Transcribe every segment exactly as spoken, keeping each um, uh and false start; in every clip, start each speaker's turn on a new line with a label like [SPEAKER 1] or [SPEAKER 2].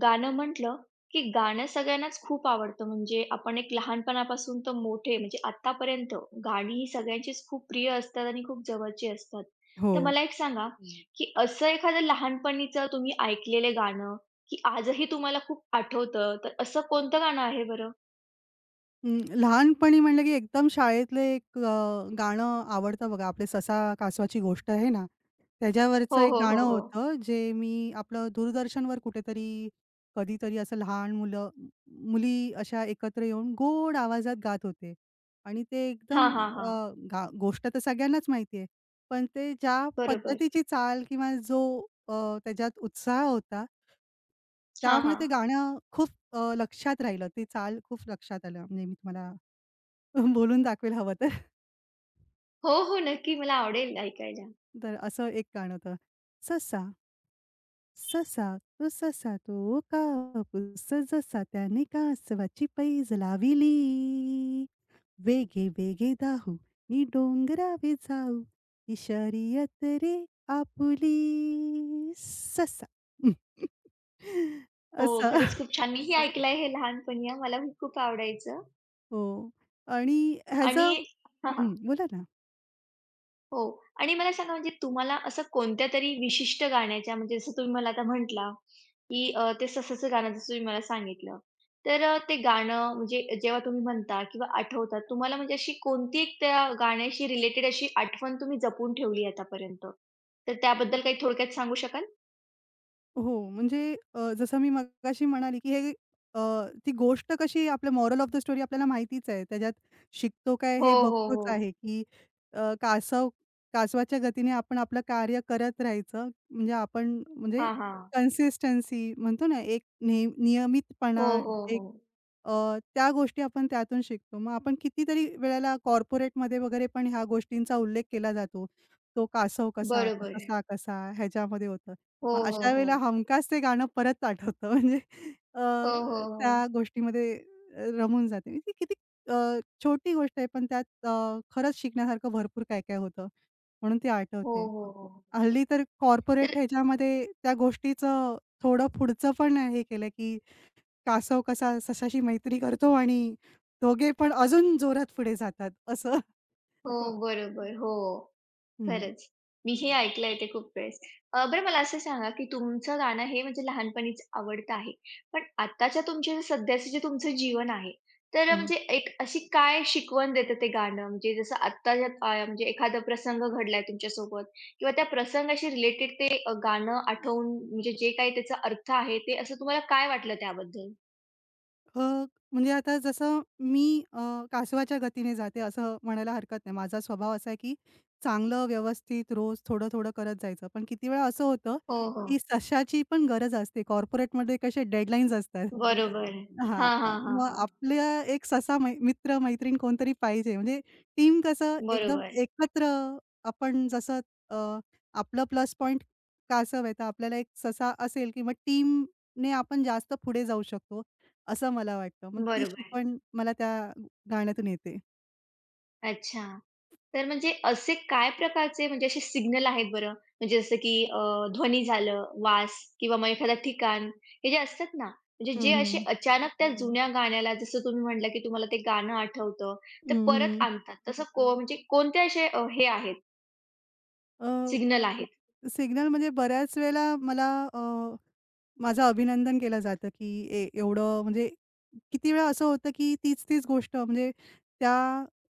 [SPEAKER 1] गाणं म्हटलं, की गाणं सगळ्यांनाच खूप आवडतं. म्हणजे आपण एक लहानपणापासून तर मोठे म्हणजे आत्तापर्यंत गाणी ही सगळ्यांचीच खूप प्रिय असतात आणि खूप जवळची असतात.
[SPEAKER 2] हो.
[SPEAKER 1] तर मला एक सांगा, हं. की असं एखादं लहानपणीचं तुम्ही ऐकलेलं गाणं, की आजही तुम्हाला खूप आठवतं, तर असं कोणतं गाणं आहे बरं?
[SPEAKER 2] अं, लहानपणी म्हटलं की एकदम शाळेतले एक अ, गाणं आवडतं बघा. आपले ससा कासवाची गोष्ट आहे ना,
[SPEAKER 1] हो,
[SPEAKER 2] त्याच्यावरचं एक
[SPEAKER 1] हो, हो,
[SPEAKER 2] गाणं
[SPEAKER 1] हो.
[SPEAKER 2] होतं जे मी आपलं दूरदर्शनवर कुठेतरी कधीतरी असं लहान मुलं मुली अशा एकत्र येऊन गोड आवाजात गात होते. आणि ते एकदम
[SPEAKER 1] हां, हां,
[SPEAKER 2] अ,
[SPEAKER 1] हां.
[SPEAKER 2] गा गोष्ट तर सगळ्यांनाच माहिती आहे. पण ते ज्या
[SPEAKER 1] बरोबर.
[SPEAKER 2] पद्धतीची चाल किंवा जो अ, त्याच्यात उत्साह होता
[SPEAKER 1] हां,
[SPEAKER 2] त्यामुळे
[SPEAKER 1] हां.
[SPEAKER 2] ते गाणं खूप अ, लक्षात राहिलं. ती चाल खूप लक्षात आलं. म्हणजे मी तुम्हाला बोलून दाखवेल हवं तर.
[SPEAKER 1] हो, हो. नक्की मला आवडेल ऐकायला.
[SPEAKER 2] तर असं एक गाणं होतं. "ससा, ससा तो ससा तो कापूस जसा त्याने कासवाची पैज लाविली. वेगे वेगे धावू नि डोंगरावे जाऊ ही शर्यत रे आपुली ससा."
[SPEAKER 1] हो,
[SPEAKER 2] असं.
[SPEAKER 1] खरंच खूप छान. मीही ऐकलंय हे लहानपणी हां. मलाही खूप आवडायचं
[SPEAKER 2] हो. आणि
[SPEAKER 1] आणि
[SPEAKER 2] ह्याचं
[SPEAKER 1] हां, हां.
[SPEAKER 2] हं, बोला ना.
[SPEAKER 1] हो. आणि मला सांगा म्हणजे तुम्हाला असं कोणत्यातरी विशिष्ट गाण्याच्या म्हणजे जसं तुम्ही मला आता म्हटला, की अ, ते ससाचं गाणं जसं तुम्ही मला सांगितलं. तर अ, ते गाणं म्हणजे जेव्हा तुम्ही म्हणता किंवा आठवतात, तुम्हाला म्हणजे अशी कोणती एक त्या गाण्याशी रिलेटेड अशी आठवण तुम्ही जपून ठेवली आहे आतापर्यंत? तर त्याबद्दल काही थोडक्यात सांगू शकाल?
[SPEAKER 2] हो, म्हणजे अ, जसं मी मगाशी म्हणाली, की हे अ, ती गोष्ट कशी आपल्या मोरल ऑफ द स्टोरी आपल्याला माहितीच आहे. त्याच्यात शिकतो काय
[SPEAKER 1] हो,
[SPEAKER 2] हे
[SPEAKER 1] हो,
[SPEAKER 2] बघतोच
[SPEAKER 1] हो.
[SPEAKER 2] आहे, की अ, कासव कासवाच्या गतीने आपण आपलं कार्य करत राहायचं. म्हणजे आपण म्हणजे
[SPEAKER 1] हां, हां.
[SPEAKER 2] कन्सिस्टन्सी म्हणतो ना, एक नेह
[SPEAKER 1] हो,
[SPEAKER 2] नियमितपणा,
[SPEAKER 1] हो,
[SPEAKER 2] एक
[SPEAKER 1] हो.
[SPEAKER 2] अ, त्या गोष्टी आपण त्यातून शिकतो. मग आपण कितीतरी वेळेला कॉर्पोरेटमध्ये वगैरे पण ह्या गोष्टींचा उल्लेख केला जातो. तो कासव कसा, तो
[SPEAKER 1] बरोबर.
[SPEAKER 2] ससा कसा ह्याच्यामध्ये होतं.
[SPEAKER 1] हो,
[SPEAKER 2] मग
[SPEAKER 1] हो,
[SPEAKER 2] अशा वेळेला
[SPEAKER 1] हो.
[SPEAKER 2] हमखास ते गाणं परत आठवतं. म्हणजे अ,
[SPEAKER 1] हो, हो, हो.
[SPEAKER 2] त्या गोष्टीमध्ये रमून जाते. मी. ती किती अ, छोटी गोष्ट आहे, पण त्यात अ, खरंच शिकण्यासारखं भरपूर काय-काय होतं. म्हणून ती
[SPEAKER 1] हो,
[SPEAKER 2] आठवते.
[SPEAKER 1] हो, हो.
[SPEAKER 2] हल्ली तर कॉर्पोरेट
[SPEAKER 1] तर
[SPEAKER 2] ह्याच्यामध्ये त्या गोष्टीचं थोडं पुढचं पण हे केलं, की कासव कसा सशाशी मैत्री करतो आणि दोघे पण अजून जोरात पुढे जातात असं.
[SPEAKER 1] हो, बरोबर. हो.
[SPEAKER 2] हं,
[SPEAKER 1] खरंच. मीही ऐकलंय ते खूप वेळेस. अ, बरं मला असं सांगा, की तुमचं गाणं हे म्हणजे लहानपणीच आवडतं आहे. पण आत्ताच्या तुमचे सध्याचं जे तुमचं जीवन आहे, तर
[SPEAKER 2] हं.
[SPEAKER 1] म्हणजे एक अशी काय शिकवण देतं ते गाणं? म्हणजे जसं आत्ताच्या अ, म्हणजे एखादा प्रसंग घडलाय तुमच्यासोबत किंवा त्या प्रसंगाशी रिलेटेड ते अ, गाणं आठवून म्हणजे जे काही त्याचा अर्थ आहे, ते असं तुम्हाला काय वाटलं त्याबद्दल?
[SPEAKER 2] अ, म्हणजे आता जसं मी अ, कासवाच्या गतीने जाते असं म्हणायला हरकत नाही. माझा स्वभाव असा आहे, की चांगलं व्यवस्थित रोज थोडं-थोडं करत जायचं. पण किती वेळा असं होतं,
[SPEAKER 1] हो,
[SPEAKER 2] की
[SPEAKER 1] हो.
[SPEAKER 2] सशाची पण गरज असते. कॉर्पोरेटमध्ये कसे डेडलाईन्स असतात.
[SPEAKER 1] बरोबर.
[SPEAKER 2] हां,
[SPEAKER 1] हां,
[SPEAKER 2] हां.
[SPEAKER 1] हां, हां,
[SPEAKER 2] मग
[SPEAKER 1] हां.
[SPEAKER 2] आपल्या एक ससा मै मित्र-मैत्रीण कोणतरी पाहिजे. म्हणजे टीम कसं एकदम
[SPEAKER 1] बरोबर,
[SPEAKER 2] एकत्र आपण जसं अ, आपलं प्लस पॉइंट कासव आहे, तर आपल्याला एक ससा असेल किंवा टीमने आपण जास्त पुढे जाऊ शकतो, असं मला वाटतं. मग ती
[SPEAKER 1] बरोबर.
[SPEAKER 2] शिकवण मला त्या गाण्यातून येते.
[SPEAKER 1] अच्छा. तर म्हणजे असे काय प्रकारचे म्हणजे असे सिग्नल आहेत बरं? म्हणजे जसं की अ, ध्वनी झालं, वास किंवा मग एखादं ठिकाण हे जे असतात ना, म्हणजे जे
[SPEAKER 2] हं,
[SPEAKER 1] असे
[SPEAKER 2] हं.
[SPEAKER 1] अचानक त्या हं. जुन्या गाण्याला जसं तुम्ही म्हटलं, की तुम्हाला ते गाणं आठवतं, ते
[SPEAKER 2] हं,
[SPEAKER 1] परत
[SPEAKER 2] हं.
[SPEAKER 1] आणतात. तसं को हं. म्हणजे कोणते असे अ, हे आहेत,
[SPEAKER 2] अ
[SPEAKER 1] सिग्नल आहेत?
[SPEAKER 2] सिग्नल म्हणजे बऱ्याच वेळेला मला अ, माझं अभिनंदन केलं जातं, की ए एवढं म्हणजे किती वेळा असं होतं, की तीच-तीच गोष्ट म्हणजे त्या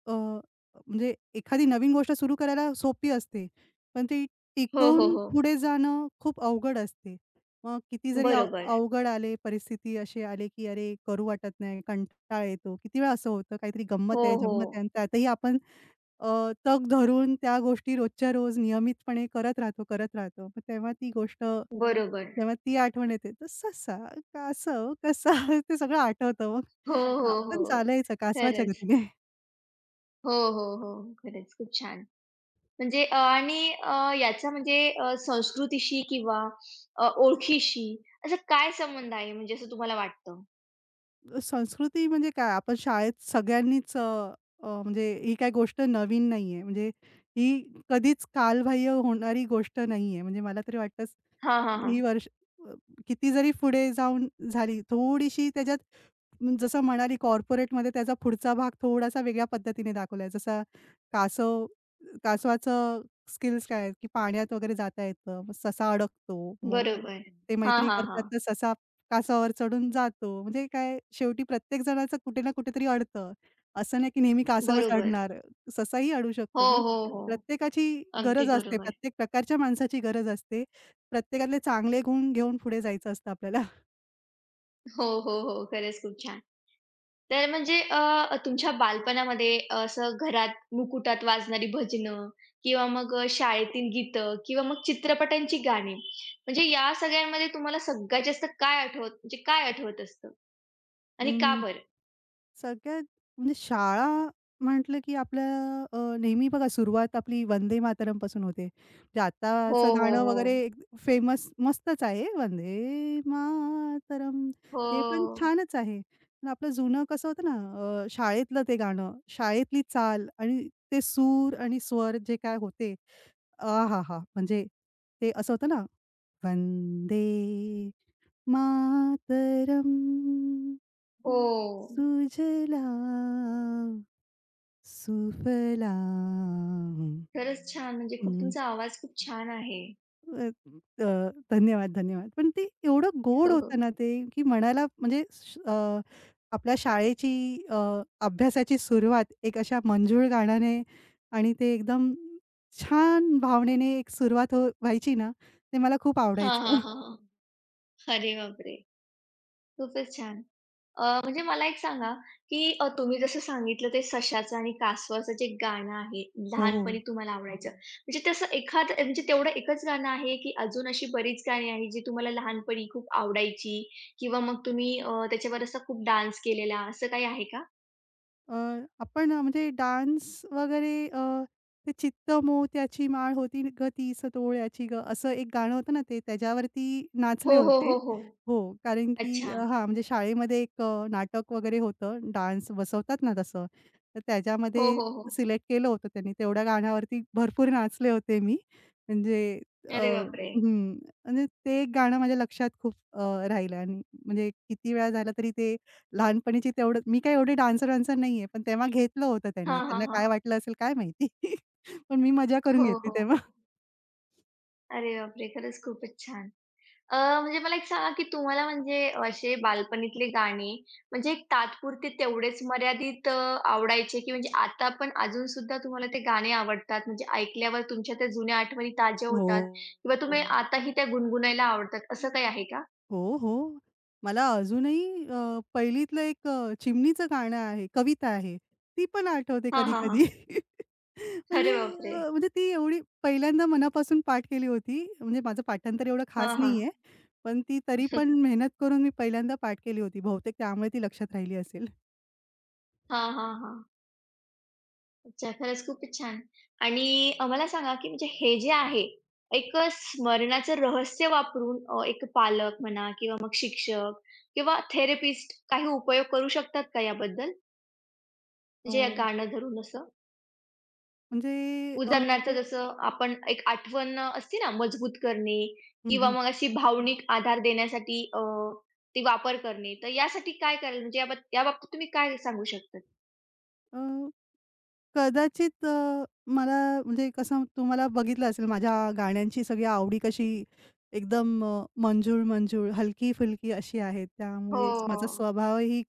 [SPEAKER 2] अ, म्हणजे एखादी नवीन गोष्ट सुरू करायला सोपी असते. पण ती
[SPEAKER 1] हो, हो,
[SPEAKER 2] टिकवून
[SPEAKER 1] हो.
[SPEAKER 2] पुढे जाणं खूप अवघड असते. मग किती जरी अव
[SPEAKER 1] बरोबर.
[SPEAKER 2] अवघड आले, परिस्थिती अशी आली, की अरे करू वाटत नाही, कंटाळा येतो. किती वेळा असं होतं, काहीतरी
[SPEAKER 1] हो,
[SPEAKER 2] गंमत आहे,
[SPEAKER 1] हो, हो.
[SPEAKER 2] जंमत आहे
[SPEAKER 1] हो.
[SPEAKER 2] आणि त्यातही आपण अ, तग धरून त्या गोष्टी रोजच्या रोज नियमितपणे करत राहतो, करत राहतो. मग तेव्हा ती गोष्ट
[SPEAKER 1] बरोबर.
[SPEAKER 2] तेव्हा ती आठवण येते. तर ससा, कासव, कसा ते सगळं आठवतं मग.
[SPEAKER 1] हो, हो,
[SPEAKER 2] आपण
[SPEAKER 1] हो.
[SPEAKER 2] चालायचं कासवाच्या
[SPEAKER 1] खरंच.
[SPEAKER 2] गतीने.
[SPEAKER 1] हो, हो, हो. खरंच खूप छान. म्हणजे अ, आणि अ, याचा म्हणजे अ, संस्कृतीशी किंवा अ, ओळखीशी असा काय संबंध आहे म्हणजे असं तुम्हाला वाटतं?
[SPEAKER 2] संस्कृती म्हणजे काय आपण शाळेत सगळ्यांनीच अ, अ, म्हणजे ही काही गोष्ट नवीन नाहीये. म्हणजे ही कधीच कालबाह्य होणारी गोष्ट नाहीये. म्हणजे मला तरी वाटतं
[SPEAKER 1] हां, हां,
[SPEAKER 2] ही
[SPEAKER 1] हां.
[SPEAKER 2] वर्ष अ, किती जरी पुढे जाऊन झाली, थोडीशी त्याच्यात म, जसं म्हणाली कॉर्पोरेटमध्ये त्याचा पुढचा भाग थोडासा वेगळ्या पद्धतीने दाखवलाय. जसा कासव कासवाचं स्किल्स काय आहेत, की पाण्यात वगैरे जाता येतं. मग ससा अडकतो. मग
[SPEAKER 1] बरोबर.
[SPEAKER 2] ते
[SPEAKER 1] हां,
[SPEAKER 2] मैत्री
[SPEAKER 1] हां,
[SPEAKER 2] करतात
[SPEAKER 1] हां.
[SPEAKER 2] तर ससा कासावर चढून जातो. म्हणजे काय शेवटी प्रत्येक जणाचं कुठे ना कुठेतरी अडतं. असं नाही की नेहमी कासावर
[SPEAKER 1] बरोबर.
[SPEAKER 2] चढणार. ससाही अडू
[SPEAKER 1] हो,
[SPEAKER 2] शकतो. म्हणजे
[SPEAKER 1] हो, हो.
[SPEAKER 2] प्रत्येकाची गरज
[SPEAKER 1] अगदी
[SPEAKER 2] असते.
[SPEAKER 1] बरोबर.
[SPEAKER 2] प्रत्येक प्रकारच्या माणसाची गरज असते. प्रत्येकातले चांगले गुण घेऊन पुढे जायचं असतं आपल्याला.
[SPEAKER 1] हो, हो, हो. खरंच खूप छान. तर म्हणजे अ, तुमच्या बालपणामध्ये असं घरात मुकुटात वाजणारी भजनं किंवा मग अ, शाळेतील गीतं किंवा मग चित्रपटांची गाणी म्हणजे या सगळ्यांमध्ये तुम्हाला सगळ्यात जास्त काय आठवत म्हणजे काय आठवत असतं आणि का बरं?
[SPEAKER 2] सगळ्यात म्हणजे शाळा म्हटलं, की आपल्या अ, नेहमी बघा सुरुवात आपली वंदे मातरमपासून होते. म्हणजे
[SPEAKER 1] हो,
[SPEAKER 2] आताचं
[SPEAKER 1] हो,
[SPEAKER 2] गाणं वगैरे
[SPEAKER 1] हां.
[SPEAKER 2] फेमस मस्तच आहे, वंदे मातरम
[SPEAKER 1] हो.
[SPEAKER 2] ते पण छानच आहे. पण आपलं जुनं कसं होतं ना, अ, शाळेतलं ते गाणं, शाळेतली चाल आणि ते सूर आणि स्वर जे काय होते, आ हा हा, म्हणजे ते असं होतं ना, वंदे मातरम.
[SPEAKER 1] हो, हो.
[SPEAKER 2] सुजला सुफला
[SPEAKER 1] खरंच छान म्हणजे खूप
[SPEAKER 2] हं,
[SPEAKER 1] तुमचा आवाज खूप छान आहे.
[SPEAKER 2] अ, अ, धन्यवाद, धन्यवाद. पण ते एवढं गोड
[SPEAKER 1] हो, हो.
[SPEAKER 2] होतं ना ते, की मनाला म्हणजे श अ, आपल्या शाळेची अ, अभ्यासाची सुरुवात एक अशा मंजूळ गाण्याने आणि ते एकदम छान भावनेने एक सुरुवात हो व्हायची ना, ते मला खूप
[SPEAKER 1] हां,
[SPEAKER 2] आवडायचं.
[SPEAKER 1] हां, हां, हां. अरे बापरे! खूपच छान. अ, म्हणजे मला एक सांगा, की अ, तुम्ही जसं सांगितलं ते सशाचं आणि कासवाचं जे गाणं आहे,
[SPEAKER 2] हो.
[SPEAKER 1] लहानपणी तुम्हाला आवडायचं. म्हणजे तसं एखादं म्हणजे तेवढं एकच गाणं आहे, की अजून अशी बरीच गाणी आहेत जी तुम्हाला लहानपणी खूप आवडायची किंवा मग तुम्ही अ, त्याच्यावर असा खूप डान्स केलेला असं काही आहे का?
[SPEAKER 2] अ, आपण अ, म्हणजे डान्स वगैरे अ, ते चित्त मोह त्याची माळ होती गं तीच तोळ्याची गं, असं एक गाणं होतं ना ते त्याच्यावरती
[SPEAKER 1] हो,
[SPEAKER 2] नाचले
[SPEAKER 1] हो,
[SPEAKER 2] होते.
[SPEAKER 1] हो, हो.
[SPEAKER 2] हो, कारण की अ,
[SPEAKER 1] अच्छा.
[SPEAKER 2] हां, म्हणजे शाळेमध्ये एक अ, नाटक वगैरे होतं, डान्स बसवतात ना तसं. तर
[SPEAKER 1] हो,
[SPEAKER 2] त्याच्यामध्ये
[SPEAKER 1] हो, हो.
[SPEAKER 2] सिलेक्ट केलं होतं त्यांनी. तेवढ्या गाण्यावरती भरपूर नाचले होते मी. म्हणजे अ,
[SPEAKER 1] अरे बापरे!
[SPEAKER 2] हं, म्हणजे ते एक गाणं माझ्या लक्षात खूप अ, राहिलं आणि म्हणजे किती वेळा झालं तरी ते लहानपणीची तेवढं मी काही एवढी डान्सर-वान्सर नाहीये, पण तेव्हा घेतलं होतं त्यांनी.
[SPEAKER 1] हां, हां,
[SPEAKER 2] त्यांना काय
[SPEAKER 1] हां.
[SPEAKER 2] वाटलं असेल काय माहिती? पण मी मजा करून
[SPEAKER 1] हो,
[SPEAKER 2] घेतली
[SPEAKER 1] हो,
[SPEAKER 2] तेव्हा.
[SPEAKER 1] हो. अरे बापरे! खरंच खूपच छान. अ, म्हणजे मला एक सांगा, की तुम्हाला म्हणजे असे बालपणीतले गाणे म्हणजे एक तात्पुरते तेवढेच मर्यादित अ, आवडायचे, की म्हणजे आता पण अजूनसुद्धा तुम्हाला ते गाणे आवडतात? म्हणजे ऐकल्यावर तुमच्या त्या जुन्या आठवणी ताज्या
[SPEAKER 2] हो.
[SPEAKER 1] होतात किंवा तुम्ही हो. आताही त्या गुणगुणायला आवडतात, असं काही आहे का?
[SPEAKER 2] हो, हो. मला अजूनही अ, पहिलीतलं एक अ, चिमणीचं गाणं आहे, कविता आहे. ती पण आठवते
[SPEAKER 1] हां, हां, हां.
[SPEAKER 2] कधी-कधी. म्हणजे
[SPEAKER 1] अरे बापरे!
[SPEAKER 2] अ, म्हणजे ती एवढी पहिल्यांदा मनापासून पाठ केली होती. म्हणजे माझं पाठांतर एवढं खास
[SPEAKER 1] हां, हां.
[SPEAKER 2] नाहीये. पण ती तरी पण मेहनत करून मी पहिल्यांदा पाठ केली होती. बहुतेक त्यामुळे ती लक्षात राहिली असेल.
[SPEAKER 1] हां, हां, हां. अच्छा, खरंच खूपच छान. आणि अ, मला सांगा, की म्हणजे हे जे आहे, एक स्मरणाचं रहस्य वापरून अ, एक पालक म्हणा किंवा मग शिक्षक किंवा थेरपिस्ट काही उपयोग करू शकतात का याबद्दल?
[SPEAKER 2] अ,
[SPEAKER 1] म्हणजे या गाणं धरून असं?
[SPEAKER 2] म्हणजे
[SPEAKER 1] उदाहरणार्थ जसं आपण एक आठवण अ, असते ना मजबूत करणे
[SPEAKER 2] हं,
[SPEAKER 1] किंवा
[SPEAKER 2] हं.
[SPEAKER 1] मग अशी भावनिक आधार देण्यासाठी अ, ते वापर करणे. तर यासाठी काय करायला म्हणजे याबाब याबाबतीत तुम्ही काय सांगू शकतात?
[SPEAKER 2] अ, कदाचित अ, मला म्हणजे कसं तुम्हाला बघितलं असेल माझ्या गाण्यांची सगळी आवडी कशी एकदम अ, मंजूळ-मंजूळ, हलकी-फुलकी अशी आहे. त्यामुळेच माझा
[SPEAKER 1] हो.
[SPEAKER 2] स्वभावही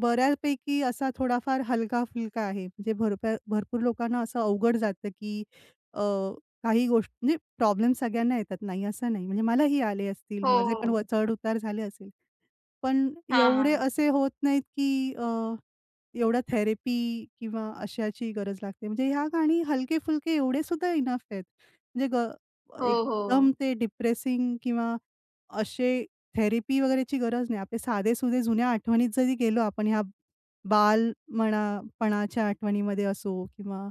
[SPEAKER 2] बऱ्यापैकी असा थोडाफार हलका-फुलका आहे. म्हणजे भरप्या भरपूर लोकांना असं अवघड जातं, की अ, काही गोष्टी म्हणजे प्रॉब्लेम सगळ्यांना येतात. नाही असं नाही. म्हणजे मलाही आले असतील.
[SPEAKER 1] हो,
[SPEAKER 2] माझे पण व
[SPEAKER 1] हो.
[SPEAKER 2] चढ-उतार झाले असेल. पण
[SPEAKER 1] हां,
[SPEAKER 2] एवढे
[SPEAKER 1] हां.
[SPEAKER 2] असे होत नाहीत, की अ, एवढ्या थेरपी किंवा अशाची गरज लागते. म्हणजे ह्या गाणी हलके-फुलके एवढे सुद्धा इनफ आहेत. म्हणजे ग
[SPEAKER 1] हो,
[SPEAKER 2] एकदम
[SPEAKER 1] हो.
[SPEAKER 2] ते डिप्रेसिंग किंवा असे थेरपी वगैरेची गरज नाही. आपले साधे-सुधे जुन्या आठवणीत जरी गेलो आपण ह्या बाल म्हणा पणाच्या आठवणीमध्ये असो किंवा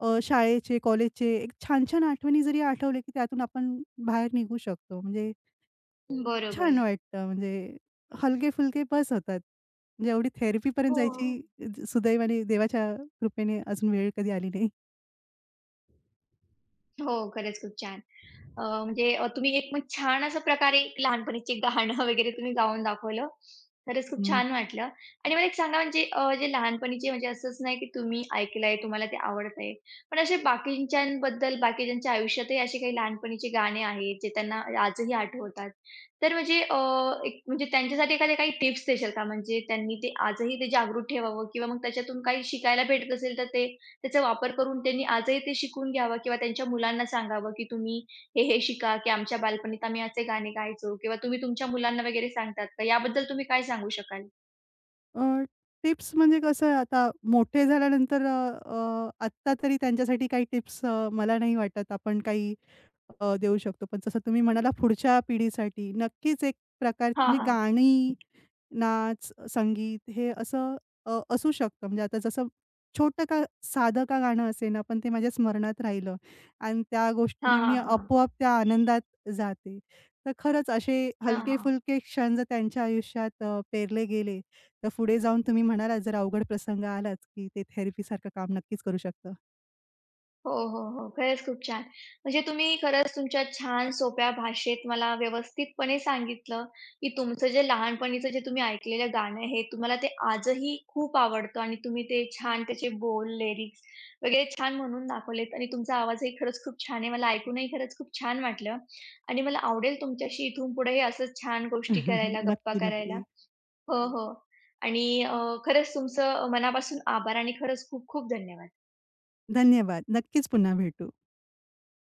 [SPEAKER 2] अ, शाळेचे, कॉलेजचे एक छान-छान आठवणी जरी आठवल्या, की त्यातून आपण बाहेर निघू शकतो. म्हणजे
[SPEAKER 1] बरोबर.
[SPEAKER 2] छान वाटतं म्हणजे हलके-फुलके बस होतात. म्हणजे एवढी थेरपीपर्यंत
[SPEAKER 1] हो.
[SPEAKER 2] जायची सुदैवाने देवाच्या कृपेने अजून वेळ कधी आली नाही.
[SPEAKER 1] हो, खरंच खूप छान. अ, म्हणजे अ, तुम्ही एक मग छान अशा प्रकारे एक लहानपणीचे गाणं वगैरे तुम्ही गाऊन दाखवलं. खरंच खूप
[SPEAKER 2] हं.
[SPEAKER 1] छान वाटलं. आणि मला एक सांगा म्हणजे अ, जे लहानपणीचे म्हणजे असंच नाही की तुम्ही ऐकलंय, तुम्हाला ते आवडत आहे. पण असे बाकींच्याबद्दल बाकीच्यांच्या आयुष्यातही असे काही लहानपणीचे गाणे आहेत, जे त्यांना आजही आठवतात. तर म्हणजे अ, एक म्हणजे त्यांच्यासाठी एखाद्या काही टिप्स देशाल का? म्हणजे त्यांनी ते आजही ते जागरूक ठेवावं किंवा मग त्याच्यातून काही शिकायला भेटत असेल, तर ते त्याचा वापर करून त्यांनी आजही ते शिकून घ्यावं किंवा त्यांच्या मुलांना सांगावं की तुम्ही हे-हे शिका, की आमच्या बालपणीत आम्ही असे गाणे गायचो किंवा तुम्ही तुमच्या मुलांना वगैरे सांगतात का? याबद्दल तुम्ही काय सांगू शकाल?
[SPEAKER 2] अ, टिप्स म्हणजे कसं आहे, आता मोठे झाल्यानंतर अ, अ, आत्ता तरी त्यांच्यासाठी काही टिप्स अ, मला नाही वाटत आपण काही अ, देऊ शकतो. पण जसं तुम्ही म्हणाला पुढच्या पिढीसाठी नक्कीच एक प्रकारची
[SPEAKER 1] हां,
[SPEAKER 2] म्हणजे
[SPEAKER 1] हां.
[SPEAKER 2] गाणी नाच, संगीत हे असं अ, असू शकतं. म्हणजे आता जसं छोटं का साधं का गाणं असेना, पण ते माझ्या स्मरणात राहिलं आणि त्या
[SPEAKER 1] हां,
[SPEAKER 2] गोष्टीने मी
[SPEAKER 1] हां, हां.
[SPEAKER 2] आपोआप त्या आनंदात जाते. तर खरंच असे
[SPEAKER 1] हां. हां.
[SPEAKER 2] हलके-फुलके क्षण जर त्यांच्या आयुष्यात अ, पेरले गेले, तर पुढे जाऊन तुम्ही म्हणालात जर अवघड प्रसंग आलाच, की ते थेरपीसारखं काम नक्कीच करू शकतं.
[SPEAKER 1] हो, हो, हो. खरंच खूप छान. म्हणजे तुम्ही खरंच तुमच्या छान सोप्या भाषेत मला व्यवस्थितपणे सांगितलं, की तुमचं जे लहानपणीचं जे तुम्ही ऐकलेलं गाणं आहे, तुम्हाला ते आजही खूप आवडतं आणि तुम्ही ते छान त्याचे बोल, लिरिक्स वगैरे छान म्हणून दाखवलेत आणि तुमचा आवाजही खरंच खूप छान आहे. मला ऐकूनही खरंच खूप छान वाटलं आणि मला आवडेल तुमच्याशी इथून पुढेही असंच छान गोष्टी करायला, गप्पा
[SPEAKER 2] नक्की,
[SPEAKER 1] करायला.
[SPEAKER 2] नक्की.
[SPEAKER 1] हो, हो. आणि अ, खरंच तुमचं मनापासून आभार आणि खरंच खूप खूप धन्यवाद.
[SPEAKER 2] धन्यवाद. नक्कीच पुन्हा भेटू.